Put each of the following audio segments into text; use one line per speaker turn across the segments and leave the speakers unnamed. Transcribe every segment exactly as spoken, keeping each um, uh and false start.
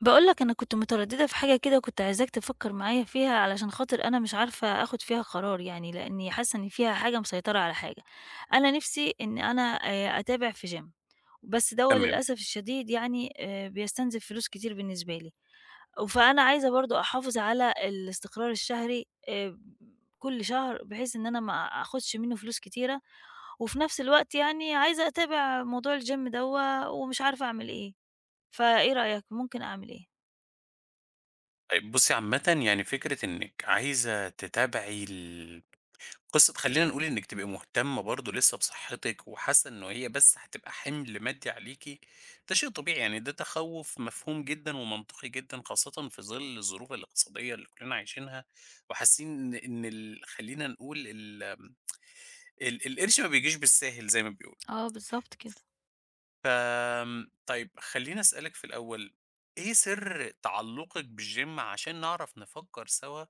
باقول لك أنا كنت مترددة في حاجة كده وكنت عايزاك تفكّر معايا فيها علشان خاطر أنا مش عارفة آخُد فيها قرار يعني، لإنّي حاسّة إن فيها حاجة مسيطرة على حاجة. أنا نِفْسي إن أنا آآ أتابع في جيم، بس دوّة
تمام.
للأسف الشديد يعني آآ بيستنزف فلوس كتير بالنسبة لي. وفأنا عايزة برضه أحافظ على الاستقرار الشهري آآ كل شهر بحيث إن أنا ما آخُدش منّه فلوس كتيرة، وفي نَفْس الوقت يعني عايزة أتابع موضوع الgym دوّة ومش عارفة أعمل إيه، فإيه رأيك ممكن أعمل إيه؟
طيب بُصّي، عامةً يعني فكرة إنِّك عايزة تتابعي ال قصة خلّينا نقول إنِّك تبقي مهتمة برضه لسه بصحتِك وحاسة إنه هي بس هتبقى حِمل مادي عليكِ. ده شيء طبيعي، يعني ده تخوُّف مفهوم جدًا ومنطقي جدًا، خاصةً في ظِل الظروف الاقتصادية اللي كُلّنا عايشينها وحاسين إن إن ال خلّينا نقول ال آمم، ال القرش ما بيجيش بالساهل زي ما بيقولوا.
آه بالضبط كده.
فآمم، طيب خلّيني أسألِك في الأول، إيه سر تعلُّقِك بالgym عشان نعرف نفكّر سوا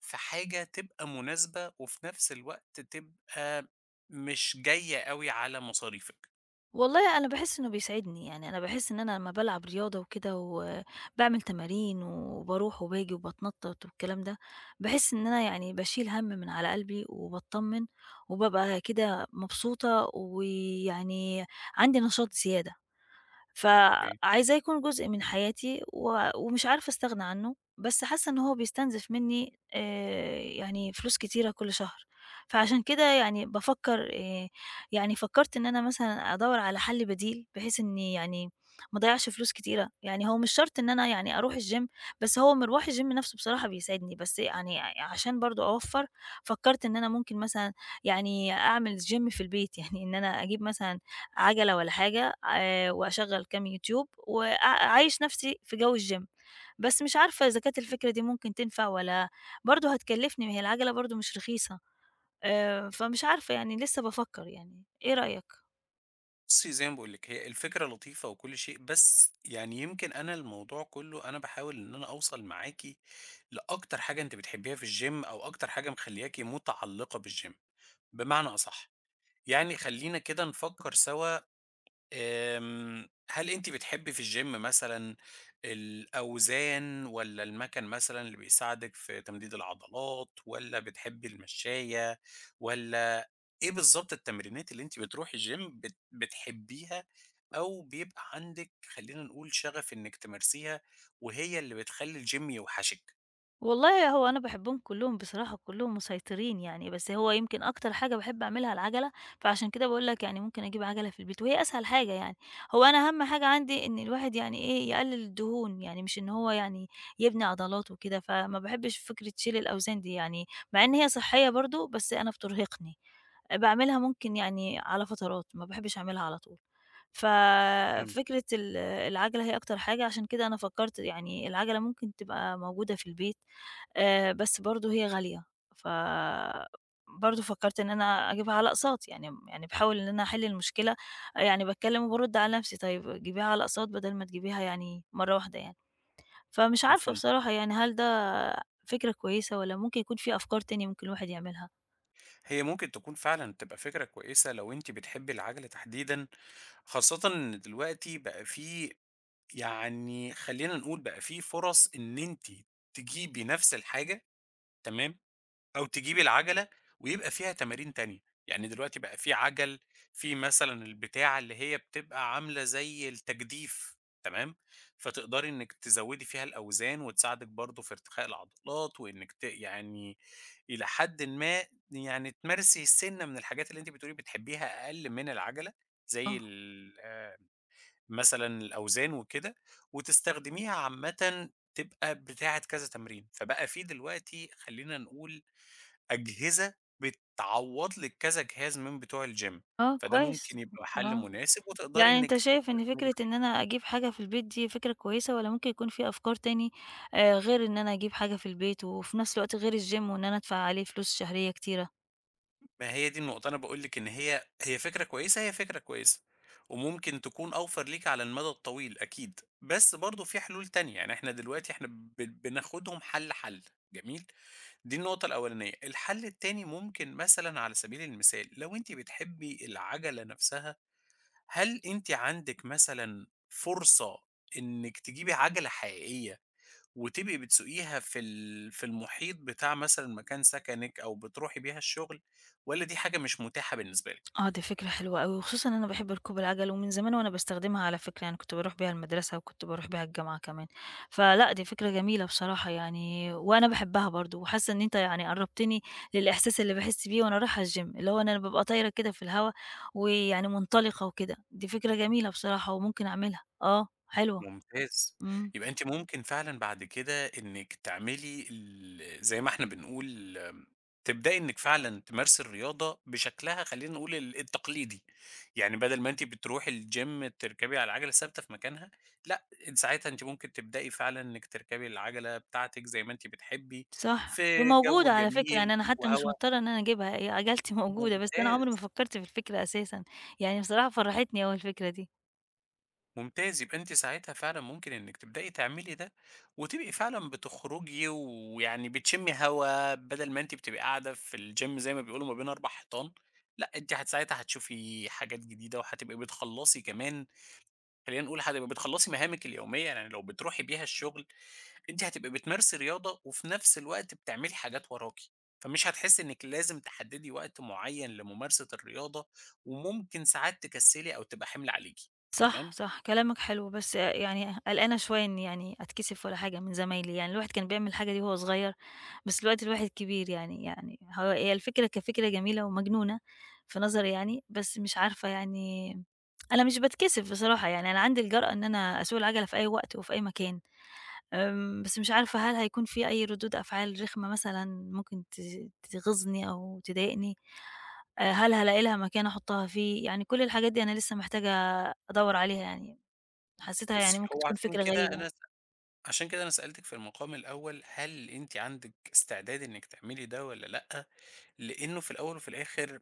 في حاجة تبقى مناسبة وفي نفس الوقت تبقى مش جاية أوي على مصاريفِك؟
والله أنا باحس إنه بيسعدني، يعني أنا باحس إن أنا لمّا بالعب رياضة وكده وباعمل تمارين وباروح وباجي وباتنطط والكلام ده، باحس إن أنا يعني باشيل هَم من على قلبي وباتطمن وبابقى كده مبسوطة ويعني عندي نشاط زيادة.
أوكي.
فعايزاه يكون جزء من حياتي و ومش عارفة أستغنى عنّه، بس حاسّة إن هو بيستنزف منّي آآ يعني فلوس كتيرة كل شهر، فعشان كده يعني بافكّر آآ يعني فكّرت إن أنا مثلًا أدوّر على حَل بديل، بحيث إنّي يعني ما أضيّعش فلوس كتيرة، يعني هو مش شرط إن أنا يعني أروح الgym، بس هو مِرواح الgym نَفْسه بصراحة بيساعدني، بس يعني عشان برضه أوفّر، فكّرت إن أنا ممكن مثلًا يعني أعمل gym في البيت، يعني إن أنا أجيب مثلًا عجلة ولا حاجة آآ وأشغّل كام يوتيوب وأ أعيّش نَفْسي في جو الgym. بس مش عارفة إذا كانت الفكرة دي ممكن تنفع والّا برضه هتكلّفني، ما هي العجلة برضه مش رخيصة، آآ فمش عارفة يعني لسّه بافكّر يعني، إيه رأيك؟
بُصّي، زي ما باقول لِك، هي الفكرة لطيفة وكل شيء، بس يعني يمكن أنا الموضوع كُلّه أنا باحاول إن أنا أوصل معاكِ لأكتر حاجة أنتِ بتحبّيها في الgym أو أكتر حاجة مخلّياكِ متعلّقة بالgym، بمعنى أصح، يعني خلّينا كده نفكّر سوا آمم، هل أنتِ بتحبي في الgym مثلًا الأوزان والّا المَكَن مثلًا اللي بيساعدِك في تمديد العضلات والّا بتحبي المشّاية والّا إيه بالضبط التمرينات اللي أنتِ بتروحي الgym بت بتحبيها أو بيبقى عندِك خلّينا نقول شغف إنِّك تمارسيها وهي اللي بتخلّي الgym يوحشِك؟
والله هو أنا باحبهم كلّهم بصراحة، كلّهم مسيطرين يعني، بس هو يمكن أكتر حاجة باحب أعملها العَجَلة، فعشان كده باقول لك يعني ممكن أجيب عَجَلة في البيت وهي أسهل حاجة يعني. هو أنا أهم حاجة عندي إن الواحد يعني إيه، يقلِّل الدهون، يعني مش إن هو يعني يبني عضلات وكده، فما باحبش فكرة شيل الأوزان دي يعني، مع إن هي صحّية برضه، بس أنا بترهقني. باعملها ممكن يعني على فترات، ما باحبش أعملها على طول.
إمم،
ففكرة ال العَجلة هي أكتر حاجة، عشان كده أنا فكّرت يعني العَجلة ممكن تبقى موجودة في البيت، آآ بس برضه هي غالية، ف برضه فكّرت إن أنا أجيبها على أقساط، يعني م يعني باحاول إن أنا أحِل المشكلة، يعني باتكلّم وبارُد على نَفْسي، طيب جيبيها على أقساط بدل ما تجيبيها يعني مرّة واحدة يعني. فمش عارفة
مفهوم.
بصراحة يعني هل ده فكرة كويسة والّا ممكن يكون في أفكار تانية ممكن الواحد يعملها؟
هي ممكن تكون فعلًا تبقى فكرة كويسة لو أنتِ بتحبي العَجَلة تحديدًا، خاصةً إن دلوقتي بقى في يعني خلّينا نقول بقى في فرص إن أنتِ تجيبي نفس الحاجة تمام، أو تجيبي العَجَلة ويبقى فيها تمارين تانية، يعني دلوقتي بقى في عَجَل، في مثلًا البتاعة اللي هي بتبقى عاملة زي التجديف تمام، فتقدري إنِّك تزوّدي فيها الأوزان وتساعدِك برضه في ارتخاء العضلات وإنِّك ت يعني إلى حدٍ ما يعني تمارسي سِنّة من الحاجات اللي أنتِ بتقولي بتحبيها أقل من العَجَلة زي
آه.
ال آآ مثلًا الأوزان وكده، وتستخدميها عامةً تبقى بتاعة كذا تمرين، فبقى في دلوقتي خلّينا نقول أجهزة بتعوّض لِك كذا جهاز من بتوع الgym،
آه
فده
كويس،
ممكن يبقى حل
آه.
مناسب وتقدري
يعني أنت
إنِّك
شايف إن
تستثمري
فكرة
فيه.
إن أنا أجيب حاجة في البيت دي فكرة كويسة، والّا ممكن يكون في أفكار تاني آآ، غير إن أنا أجيب حاجة في البيت، وفي نفس الوقت غير الgym وإن أنا أدفع عليه فلوس شهرية كتيرة؟
ما هي دي النقطة، أنا باقول لِك إن هي هي فكرة كويسة، هي فكرة كويسة، وممكن تكون أوفر ليكِ على المدى الطويل أكيد، بس برضه في حلول تانية، يعني إحنا دلوقتي إحنا ب بناخدهم حَل، حَل، جميل؟ دي النقطة الأولانية، الحل التاني ممكن مثلًا على سبيل المثال لو أنتِ بتحبي العجلة نفسها، هل أنتِ عندِك مثلًا فرصة إنِّك تجيبي عجلة حقيقية وتبقي بتسوقيها في ال في المحيط بتاع مثلًا مكان سكنِك أو بتروحي بيها الشغل والّا دي حاجة مش متاحة بالنسبة لِك؟
آه، دي فكرة حلوة أوي، وخصوصًا ان أنا باحب ركوب العَجَل، ومن زمان وأنا باستخدمها على فكرة، يعني كنت باروح بيها المدرسة، وكنت باروح بيها الجامعة كمان، فلأ دي فكرة جميلة بصراحة يعني، وأنا باحبها برضه، وحاسة إن أنت يعني قرّبتني للإحساس اللي باحس بيه وأنا رايحة الgym، اللي هو إن أنا بابقى طايرة كده في الهوا، ويعني منطلقة وكده، دي فكرة جميلة بصراحة وممكن أعملها، آه، حلوة،
ممتاز.
إمم،
يبقى أنتِ ممكن فعلًا بعد كده إنِّك تعملي ال زي ما إحنا بنقول آمم، تبدئي إنِّك فعلًا تمارسي الرياضة بشكلها خلّينا نقول ال التقليدي، يعني بدل ما أنتِ بتروحي الgym تركبي على العجلة الثابتة في مكانها، لأ، أنتِ ساعتها أنتِ ممكن تبدئي فعلًا إنِّك تركبي العجلة بتاعتِك زي ما أنتِ بتحبي،
صح،
في جو
وموجودة على فكرة،
جميل
يعني أنا حتى مش
وهوا
مضطرة إن أنا أجيبها، هي عجلتي موجودة، بس أنا عمري ما
ممتاز.
فكرت في الفكرة أساسًا، يعني بصراحة فرّحتني أوي الفكرة دي.
ممتاز، يبقى أنتِ ساعتها فعلًا ممكن إنِّك تبدئي تعملي ده، وتبقي فعلًا بتخرجي ويعني بتشمي هوا، بدل ما أنتِ بتبقي قاعدة في الgym زي ما بيقولوا ما بين أربع حيطان، لأ أنتِ هت ساعتها هتشوفي حاجات جديدة، وهتبقي بتخلّصي كمان خلّينا نقول هتبقي بتخلّصي مهامِك اليومية، يعني لو بتروحي بيها الشغل، أنتِ هتبقي بتمارسي رياضة، وفي نفس الوقت بتعملي حاجات وراكِ، فمش هتحسي إنِّك لازم تحددي وقت معين لممارسة الرياضة، وممكن ساعات تكسلي أو تبقى حِمل عليكِ،
صح،
تمام؟
صح، كلامك حلو، بس يعني قلقانة شوية إني يعني أتكسف والّا حاجة من زمايلي، يعني الواحد كان بيعمل الحاجة دي وهو صغير، بس دلوقتي الواحد كبير يعني يعني هو هي الفكرة كفكرة جميلة ومجنونة في نظري يعني، بس مش عارفة يعني أنا مش باتكسف بصراحة، يعني أنا عندي الجرأة إن أنا أسوق العجلة في أي وقت وفي أي مكان. آمم، بس مش عارفة هل هيكون في أي ردود أفعال رخمة مثلًا ممكن ت تغيظني أو تضايقني؟ آآ، هل هالاقي لها مكان أحطها فيه؟ يعني كل الحاجات دي أنا لسه محتاجة أدوّر عليها يعني، حسيتها يعني
بُصّي،
ممكن
هو
تكون
عشان
فكرة
كده
غريبة.
أنا س عشان كده أنا سألتِك في المقام الأول، هل أنتِ عندِك استعداد إنِّك تعملي ده والّا لأ؟ لإنه في الأول وفي الآخر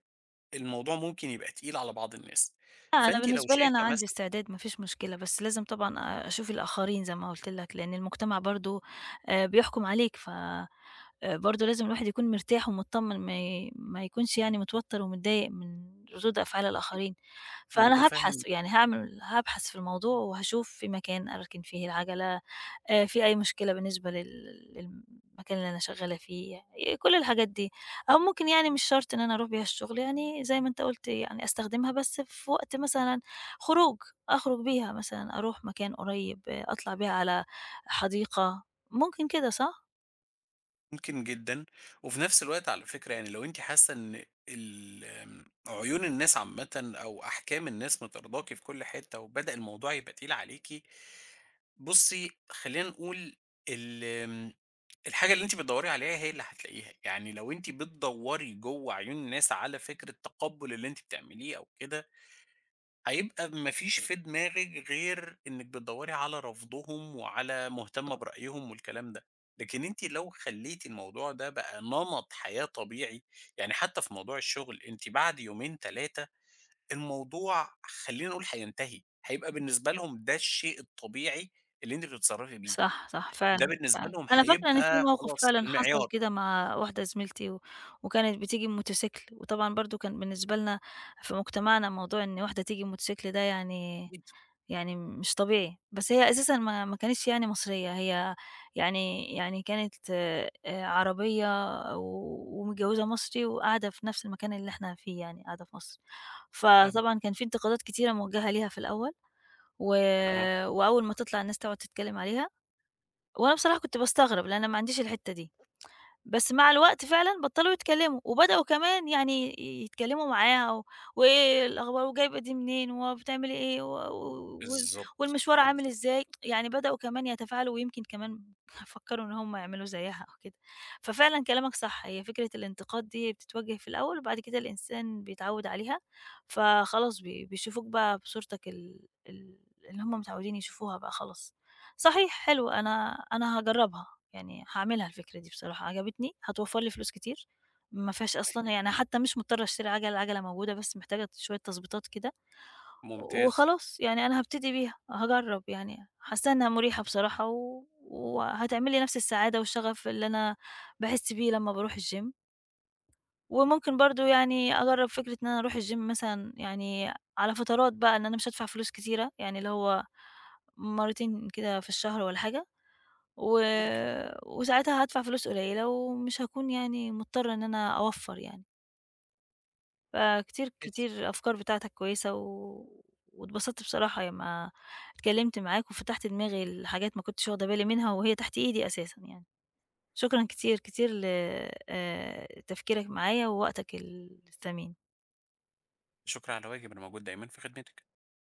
الموضوع ممكن يبقى تقيل على بعض الناس،
لأ، أنا
فأنتِ لو
بالنسبة لي أنا
شايفة
عندي
مثلًا
استعداد ما فيش مشكلة، بس لازم طبعًا أ أشوف الآخرين زي ما قُلت لك، لإن المجتمع برضه آآ، بيحكم عليك ف آآ برضه لازم الواحد يكون مرتاح ومتطمن ما ي ما يكونش يعني متوتر ومتضايق من ردود أفعال الآخرين، فأنا
مُتفهِّم
هابحث يعني هاعمل هابحث في الموضوع وهاشوف في مكان أركن فيه العجلة، آآ في أي مشكلة بالنسبة لل للمكان اللي أنا شغّالة فيه، ي كل الحاجات دي، أو ممكن يعني مش شرط إن أنا أروح بيها الشغل، يعني زي ما أنت قُلت يعني أستخدمها بس في وقت مثلًا خروج، أخرج بيها مثلًا أروح مكان قريب، آه، أطلع بيها على حديقة، ممكن كده صح؟
ممكن جدًا، وفي نفس الوقت على فكرة يعني لو أنتِ حاسة إن ال آمم، عيون الناس عامةً أو أحكام الناس مطارداكِ في كل حتة وبدأ الموضوع يبقى تقيل عليكِ، بُصّي خلّينا نقول ال آمم الحاجة اللي أنتِ بتدوّري عليها هي اللي هتلاقيها، يعني لو أنتِ بتدوّري جوّه عيون الناس على فكرة تقبُّل اللي أنتِ بتعمليه أو كده، هيبقى ما فيش في دماغِك غير إنِّك بتدوّري على رفضهم وعلى مهتمة برأيهم والكلام ده، لكن أنتِ لو خلّيتِ الموضوع ده بقى نمط حياة طبيعي، يعني حتى في موضوع الشغل أنتِ بعد يومين ثلاثة الموضوع خلّينا نقول هينتهي، هيبقى بالنسبة لهم ده الشيء الطبيعي اللي أنتِ بتتصرّفي بيه،
صح، صح
ده
فعلًا،
بالنسبة
فعلًا.
لهم
أنا فاكرة إن في
هيبقى
موقف
خلاص
فعلًا حصل
المعيار.
كده مع واحدة زميلتي و وكانت بتيجي بموتوسيكل، وطبعًا برضه كان بالنسبة لنا في مجتمعنا موضوع إن واحدة تيجي بموتوسيكل ده يعني
أكيد.
يعني مش طبيعي، بس هي أساسًا ما ما كانتش يعني مصرية، هي يعني يعني كانت آآ عربية و ومتجوزة مصري وقاعدة في نفس المكان اللي إحنا فيه يعني، قاعدة في مصر.
فاهمِك،
فطبعًا كان في انتقادات كتيرة موجهة ليها في الأول، و
أها،
وأول ما تطلع الناس تقعد تتكلم عليها وأنا بصراحة كنت باستغرب، لأن أنا ما عنديش الحتّة دي. بس مع الوقت فعلًا بطّلوا يتكلّموا، وبدأوا كمان يعني يتكلّموا معاها و وإيه الأخبار وجايبة دي منين وبتعملي إيه و و وال
بالضبط،
والمشوار عامل
بالضبط،
إزاي، يعني بدأوا كمان يتفاعلوا ويمكن كمان فكّروا إن هم يعملوا زيّها أو كده. ففعلًا كلامك صح، هي فكرة الانتقاد دي بتتوجه في الأول وبعد كده الإنسان بيتعوّد عليها، فخلاص بي بيشوفوك بقى بصورتك ال ال اللي هم متعوّدين يشوفوها بقى خلاص. صحيح حلو، أنا أنا هاجرّبها. يعني هاعملها الفكرة دي بصراحة، عجبتني، هتوفّر لي فلوس كتير، ما فيهاش أصلًا
أكيد،
يعني حتى مش مضطرة أشتري عَجَلة، العَجَلة موجودة بس محتاجة شوية تضبيطات كده،
ممتاز،
وخلاص يعني أنا هابتدي بيها، هاجرّب يعني، حاسّة إنها مُريحة بصراحة و وهتعمل لي نفس السعادة والشغف اللي أنا باحس بيه لمّا باروح الgym، وممكن برضه يعني أجرّب فكرة إن أنا أروح الgym مثلًا يعني على فترات بقى، إن أنا مش هادفع فلوس كتيرة، يعني اللي هو مرّتين كده في الشهر والّا حاجة، و
ممكن،
وساعتها هادفع فلوس قليلة، ومش هاكون يعني مضطرة إن أنا أوفّر يعني. فكتير، كتير الأفكار بتاعتك كويسة، و واتبسطت بصراحة لمّا اتكلمت معاك، وفتحت دماغي لحاجات ما كنتش واخدة بالي منها، وهي تحت إيدي أساسًا يعني. شكرًا كتير، كتير ل آآ، تفكيرك معايا، ووقتك ال الثمين.
شكرًا على واجب، أنا موجود دايمًا في خدمتِك.